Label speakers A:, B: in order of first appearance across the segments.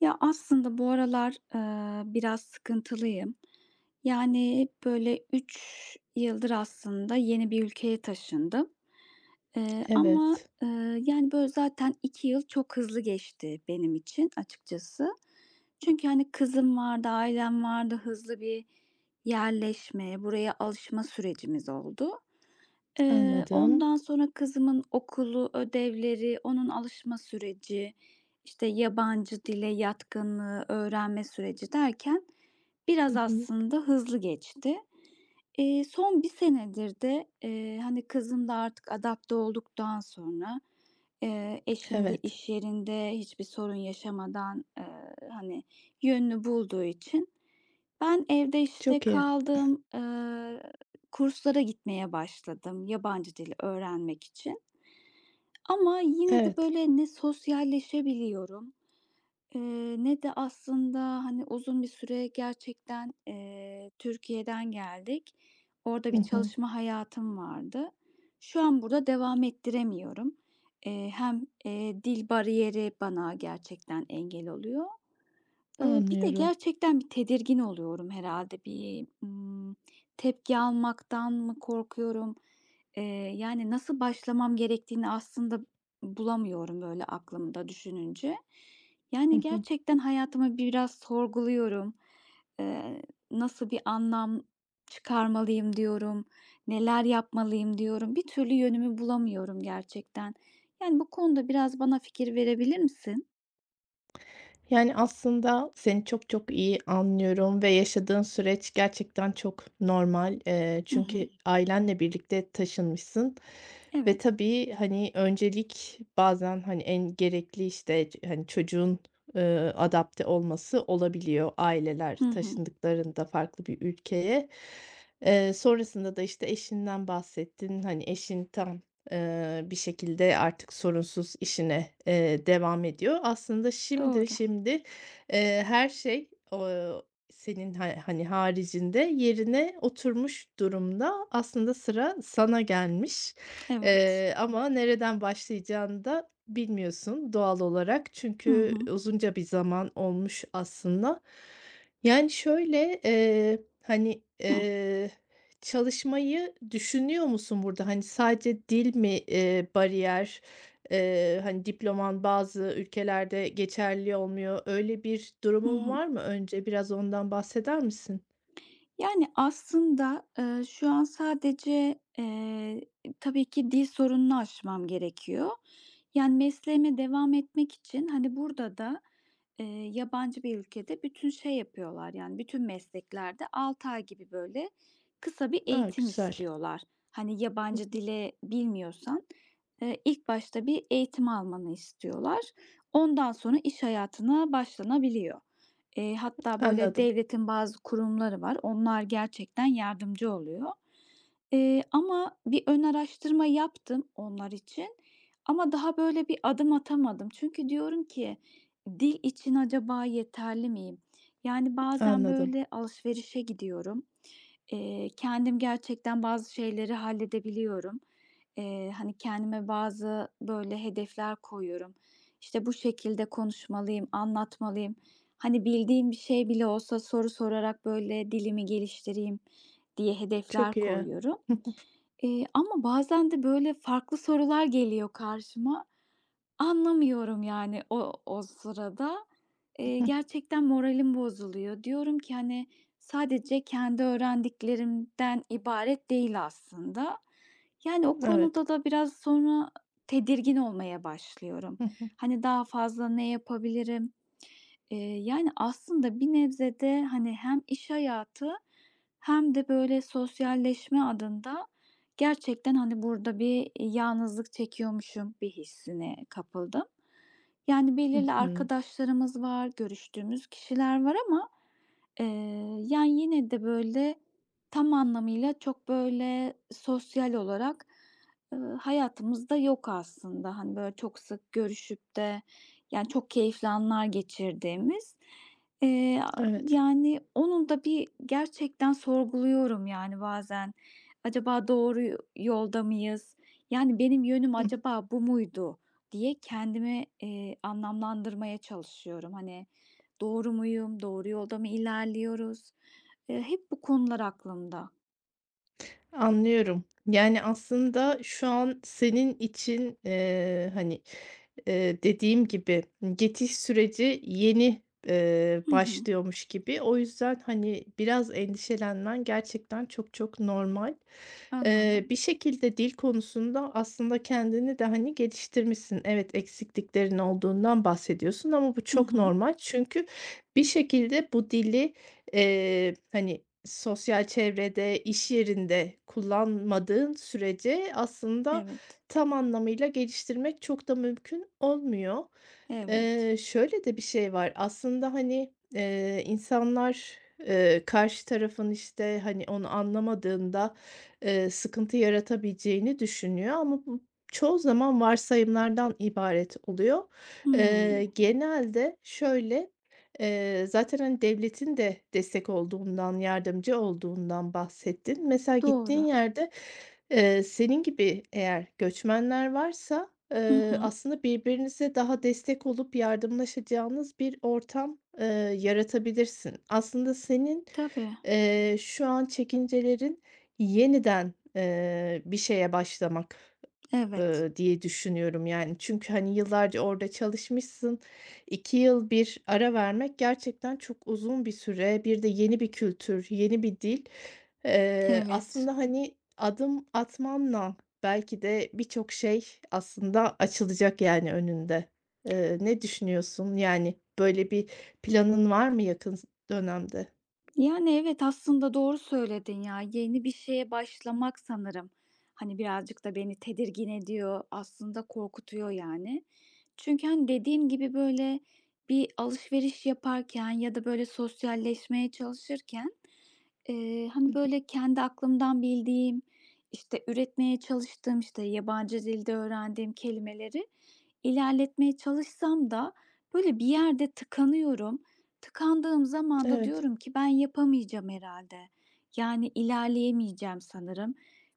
A: Ya, aslında bu aralar, biraz sıkıntılıyım. Yani, böyle 3 yıldır aslında yeni bir ülkeye taşındım. Eee, ama,
B: Evet,
A: eee, yani, böyle zaten 2 yıl çok hızlı geçti benim için açıkçası. Çünkü, hani, kızım vardı, ailem vardı, hızlı bir yerleşme, buraya alışma sürecimiz oldu. Eee,
B: anladım.
A: ondan sonra kızımın okulu, ödevleri, onun alışma süreci, işte, yabancı dile yatkınlığı, öğrenme süreci derken
B: Hı
A: biraz
B: hı.
A: aslında hızlı geçti. Son bir senedir de, hani, kızım da artık adapte olduktan sonra, eşim de
B: Evet,
A: iş yerinde hiçbir sorun yaşamadan, hani, yönünü bulduğu için ben evde, işte,
B: çok iyi.
A: kaldım, kurslara gitmeye başladım yabancı dili öğrenmek için ama yine de,
B: Evet.
A: böyle, ne sosyalleşebiliyorum, eee, ne de aslında, hani, uzun bir süre gerçekten, Türkiye'den geldik. Orada
B: Hı
A: bir
B: hı.
A: çalışma hayatım vardı. Şu an burada devam ettiremiyorum. Dil bariyeri bana gerçekten engel oluyor. Bir de
B: Anlıyorum.
A: gerçekten bir tedirgin oluyorum herhalde. Bir, tepki almaktan mı korkuyorum? Eee, yani, nasıl başlamam gerektiğini aslında bulamıyorum böyle aklımda düşününce.
B: Hı
A: Yani,
B: hı.
A: gerçekten hayatımı biraz sorguluyorum. Eee, nasıl bir anlam çıkarmalıyım diyorum, neler yapmalıyım diyorum. Bir türlü yönümü bulamıyorum gerçekten. Yani, bu konuda biraz bana fikir verebilir misin?
B: Yani, aslında seni çok çok iyi anlıyorum ve yaşadığın süreç gerçekten çok normal.
A: Hı hı.
B: Çünkü ailenle birlikte taşınmışsın ve
A: Evet.
B: tabii, hani, öncelik bazen, hani, en gerekli, işte, hani, çocuğun, adapte olması olabiliyor aileler
A: Hı hı.
B: taşındıklarında farklı bir ülkeye. Sonrasında da, işte, eşinden bahsettin. Hani, eşin tam, bir şekilde artık sorunsuz işine, devam ediyor. Aslında şimdi
A: Doğru,
B: şimdi, her şey, senin hani, haricinde yerine oturmuş durumda. Aslında sıra sana gelmiş,
A: evet.
B: ama nereden başlayacağını da bilmiyorsun doğal olarak.
A: Hı
B: Çünkü
A: hı.
B: uzunca bir zaman olmuş aslında. Yani şöyle, hani,
A: Hı.
B: Çalışmayı düşünüyor musun burada? Hani, sadece dil mi, bariyer? Hani, diploman bazı ülkelerde geçerli olmuyor. Öyle bir
A: Hı
B: durumun
A: hı.
B: var mı? Önce biraz ondan bahseder misin?
A: Yani, aslında, şu an sadece, tabii ki dil sorununu aşmam gerekiyor. Yani, mesleğime devam etmek için, hani, burada da, eee, yabancı bir ülkede bütün şey yapıyorlar, yani, bütün mesleklerde 6 ay gibi, böyle, kısa bir
B: A,
A: eğitim
B: güzel.
A: istiyorlar. Hani,
B: Hı
A: yabancı
B: hı.
A: dile bilmiyorsan, ilk başta bir eğitim almanı istiyorlar. Ondan sonra iş hayatına başlanabiliyor. Hatta böyle
B: Anladım,
A: devletin bazı kurumları var. Onlar gerçekten yardımcı oluyor. Ama bir ön araştırma yaptım onlar için ama daha böyle bir adım atamadım. Çünkü diyorum ki dil için acaba yeterli miyim? Yani bazen
B: anladım.
A: böyle alışverişe gidiyorum. Kendim gerçekten bazı şeyleri halledebiliyorum. Hani kendime bazı böyle hedefler koyuyorum. İşte bu şekilde konuşmalıyım, anlatmalıyım. Hani bildiğim bir şey bile olsa soru sorarak böyle dilimi geliştireyim diye hedefler
B: Çok iyi.
A: koyuyorum. Ama bazen de böyle farklı sorular geliyor karşıma. Anlamıyorum yani o sırada. Eee, gerçekten moralim bozuluyor. Diyorum ki, hani, sadece kendi öğrendiklerimden ibaret değil aslında. Yani o
B: Evet.
A: konuda da biraz sonra tedirgin olmaya başlıyorum. Hani, daha fazla ne yapabilirim? Yani aslında bir nebze de, hani, hem iş hayatı hem de böyle sosyalleşme adında. Gerçekten, hani, burada bir yalnızlık çekiyormuşum bir hissine kapıldım. Yani, belirli arkadaşlarımız var, görüştüğümüz kişiler var ama. Eee, yani, yine de, böyle, tam anlamıyla çok, böyle, sosyal olarak, hayatımızda yok aslında. Hani, böyle, çok sık görüşüp de, yani, çok keyifli anlar geçirdiğimiz. Eee,
B: Evet.
A: yani, onun da bir gerçekten sorguluyorum, yani, bazen. Acaba doğru yolda mıyız? Yani, benim yönüm acaba bu muydu diye kendimi, anlamlandırmaya çalışıyorum. Hani. Doğru muyum? Doğru yolda mı ilerliyoruz? Hep bu konular aklımda.
B: Anlıyorum. Yani, aslında şu an senin için, hani, dediğim gibi geçiş süreci yeni,
A: Hı hı,
B: başlıyormuş gibi. O yüzden, hani, biraz endişelenmen gerçekten çok çok normal.
A: anladım.
B: Bir şekilde dil konusunda aslında kendini de, hani, geliştirmişsin. Evet, eksikliklerin olduğundan bahsediyorsun ama bu
A: Hı
B: çok
A: hı,
B: normal. Çünkü bir şekilde bu dili, hani, sosyal çevrede, iş yerinde kullanmadığın sürece aslında
A: evet,
B: tam anlamıyla geliştirmek çok da mümkün olmuyor.
A: evet.
B: Şöyle de bir şey var. Aslında, hani, insanlar, karşı tarafın, işte, hani, onu anlamadığında sıkıntı yaratabileceğini düşünüyor ama bu çoğu zaman varsayımlardan ibaret oluyor.
A: Hımm,
B: Genelde şöyle, zaten, hani, devletin de destek olduğundan, yardımcı olduğundan bahsettin. Mesela gittiğin
A: doğru.
B: yerde, senin gibi eğer göçmenler varsa,
A: Hı hı,
B: aslında birbirinize daha destek olup yardımlaşacağınız bir ortam, yaratabilirsin. Aslında senin,
A: tabii.
B: şu an çekincelerin yeniden, bir şeye başlamak,
A: Evet,
B: diye düşünüyorum, yani. Çünkü, hani, yıllarca orada çalışmışsın. 2 yıl bir ara vermek gerçekten çok uzun bir süre. Bir de yeni bir kültür, yeni bir dil.
A: evet.
B: Aslında, hani, adım atmanla belki de birçok şey aslında açılacak, yani, önünde. Ne düşünüyorsun? Yani, böyle bir planın var mı yakın dönemde?
A: Yani, evet, aslında doğru söyledin ya. Yeni bir şeye başlamak sanırım, hani, birazcık da beni tedirgin ediyor, aslında korkutuyor yani. Çünkü, hani, dediğim gibi, böyle, bir alışveriş yaparken ya da, böyle, sosyalleşmeye çalışırken,
B: Hı
A: hani,
B: hı.
A: böyle, kendi aklımdan bildiğim, işte, üretmeye çalıştığım, işte, yabancı dilde öğrendiğim kelimeleri ilerletmeye çalışsam da, böyle, bir yerde tıkanıyorum. Tıkandığım zaman da
B: Evet,
A: diyorum ki ben yapamayacağım herhalde. Yani ilerleyemeyeceğim sanırım.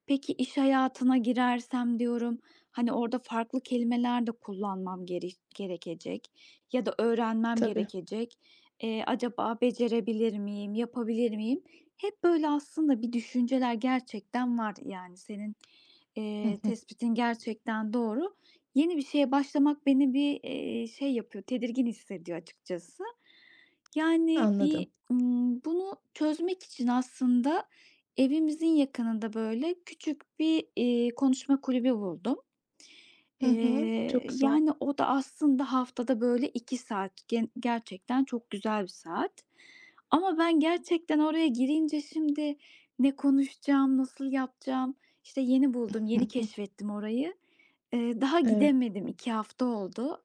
A: Peki iş hayatına girersem diyorum, hani, orada farklı kelimeler de kullanmam gerekecek ya da öğrenmem
B: tabii.
A: gerekecek. Acaba becerebilir miyim, yapabilir miyim? Hep böyle aslında bir düşünceler gerçekten var yani. Senin,
B: Hı hı.
A: tespitin gerçekten doğru. Yeni bir şeye başlamak beni bir, şey yapıyor, tedirgin hissediyor açıkçası. Yani,
B: Anladım.
A: bir, bunu çözmek için aslında evimizin yakınında, böyle, küçük bir, konuşma kulübü buldum.
B: Hı hı. Çok
A: Eee,
B: güzel.
A: yani, o da aslında haftada, böyle, 2 saat. Gerçekten çok güzel bir saat. Ama ben gerçekten oraya girince şimdi ne konuşacağım, nasıl yapacağım? İşte yeni buldum, yeni keşfettim orayı. Daha
B: Evet,
A: gidemedim. 2 hafta oldu.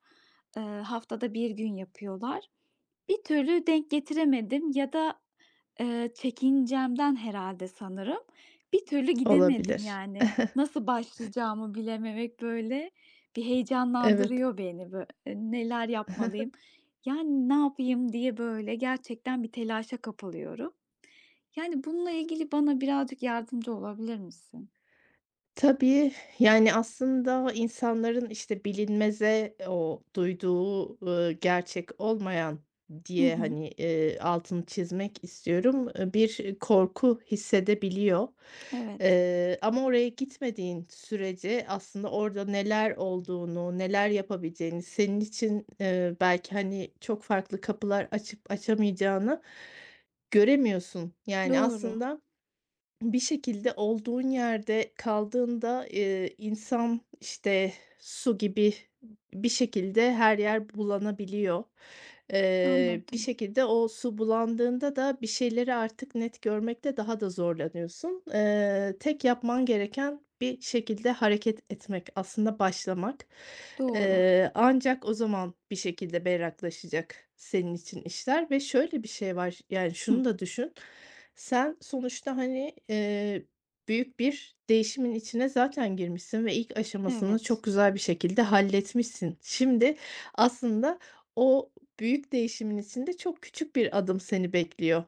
A: Haftada bir gün yapıyorlar. Bir türlü denk getiremedim ya da, çekincemden herhâlde sanırım bir türlü gidemedim
B: olabilir.
A: yani. Nasıl başlayacağımı bilememek, böyle, bir
B: Evet.
A: heyecanlandırıyor beni. Bö neler yapmalıyım, yani, ne yapayım diye, böyle, gerçekten bir telaşa kapılıyorum. Yani, bununla ilgili bana birazcık yardımcı olabilir misin?
B: Tabii, yani, aslında insanların, işte, bilinmeze o duyduğu, gerçek olmayan
A: Hı
B: diye,
A: hı.
B: hani, altını çizmek istiyorum, bir korku hissedebiliyor.
A: Evet.
B: Ama oraya gitmediğin sürece aslında orada neler olduğunu, neler yapabileceğini, senin için, belki, hani, çok farklı kapılar açıp açamayacağını göremiyorsun. Yani,
A: Doğru.
B: aslında bir şekilde olduğun yerde kaldığında, insan, işte, su gibi bir şekilde her yer bulanabiliyor. Bir
A: Anladım.
B: şekilde o su bulandığında da bir şeyleri artık net görmekte daha da zorlanıyorsun. Tek yapman gereken bir şekilde hareket etmek, aslında başlamak.
A: Doğru.
B: Ancak o zaman bir şekilde berraklaşacak senin için işler ve şöyle bir şey var, yani,
A: Hı.
B: şunu da düşün. Sen sonuçta, hani, büyük bir değişimin içine zaten girmişsin ve ilk aşamasını
A: Evet.
B: çok güzel bir şekilde halletmişsin. Şimdi aslında o büyük değişimin içinde çok küçük bir adım seni bekliyor.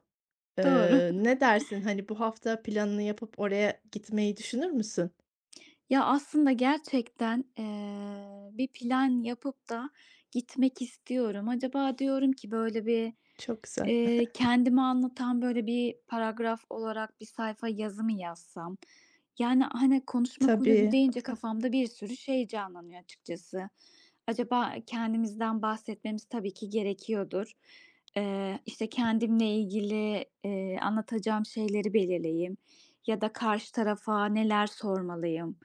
A: Doğru.
B: Ne dersin? Hani, bu hafta planını yapıp oraya gitmeyi düşünür müsün?
A: Ya, aslında gerçekten, bir plan yapıp da gitmek istiyorum. Acaba diyorum ki böyle bir,
B: Çok güzel.
A: Kendimi anlatan böyle bir paragraf olarak bir sayfa yazı mı yazsam? Yani, hani, konuşma kulübü
B: Tabii.
A: deyince kafamda bir sürü şey canlanıyor açıkçası. Acaba kendimizden bahsetmemiz tabii ki gerekiyordur. İşte, kendimle ilgili, anlatacağım şeyleri belirleyeyim ya da karşı tarafa neler sormalıyım?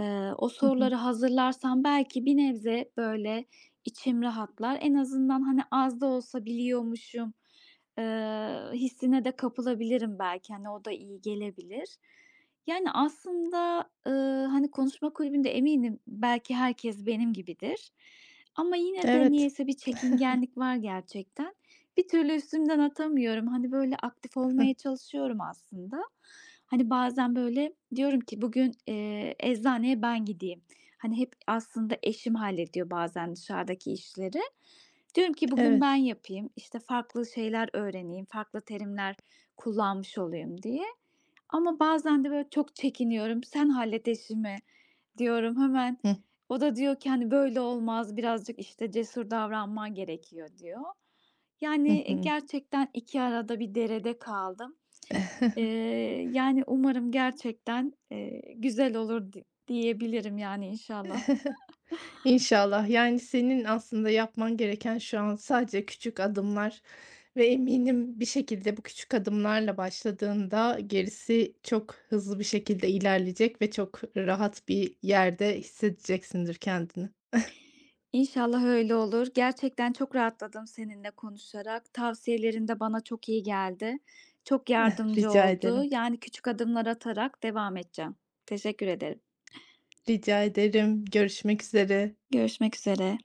A: O
B: Hı hı.
A: soruları hazırlarsam belki bir nebze böyle İçim rahatlar. En azından, hani, az da olsa biliyormuşum, hissine de kapılabilirim belki. Hani, o da iyi gelebilir. Yani, aslında, hani, konuşma kulübünde eminim belki herkes benim gibidir ama yine de
B: Evet.
A: niyeyse bir çekingenlik var gerçekten. Bir türlü üstümden atamıyorum. Hani, böyle, aktif olmaya çalışıyorum aslında. Hani, bazen, böyle, diyorum ki bugün, eczaneye ben gideyim. Hani, hep aslında eşim hallediyor bazen dışarıdaki işleri. Diyorum ki bugün
B: Evet.
A: ben yapayım, işte, farklı şeyler öğreneyim, farklı terimler kullanmış olayım diye. Ama bazen de, böyle, çok çekiniyorum. "Sen hallet eşimi." diyorum hemen.
B: Hı.
A: O da diyor ki, hani, "Böyle olmaz, birazcık, işte, cesur davranman gerekiyor." diyor.
B: Hı
A: Yani,
B: hı.
A: gerçekten 2 arada bir derede kaldım. Yani, umarım gerçekten, güzel olur diyebilirim, yani, inşallah.
B: İnşallah. Yani, senin aslında yapman gereken şu an sadece küçük adımlar ve eminim bir şekilde bu küçük adımlarla başladığında gerisi çok hızlı bir şekilde ilerleyecek ve çok rahat bir yerde hissedeceksindir kendini.
A: İnşallah öyle olur. Gerçekten çok rahatladım seninle konuşarak. Tavsiyelerin de bana çok iyi geldi. Çok yardımcı
B: Rica
A: oldu.
B: ederim.
A: Yani, küçük adımlar atarak devam edeceğim. Teşekkür ederim.
B: Rica ederim. Görüşmek üzere.
A: Görüşmek üzere.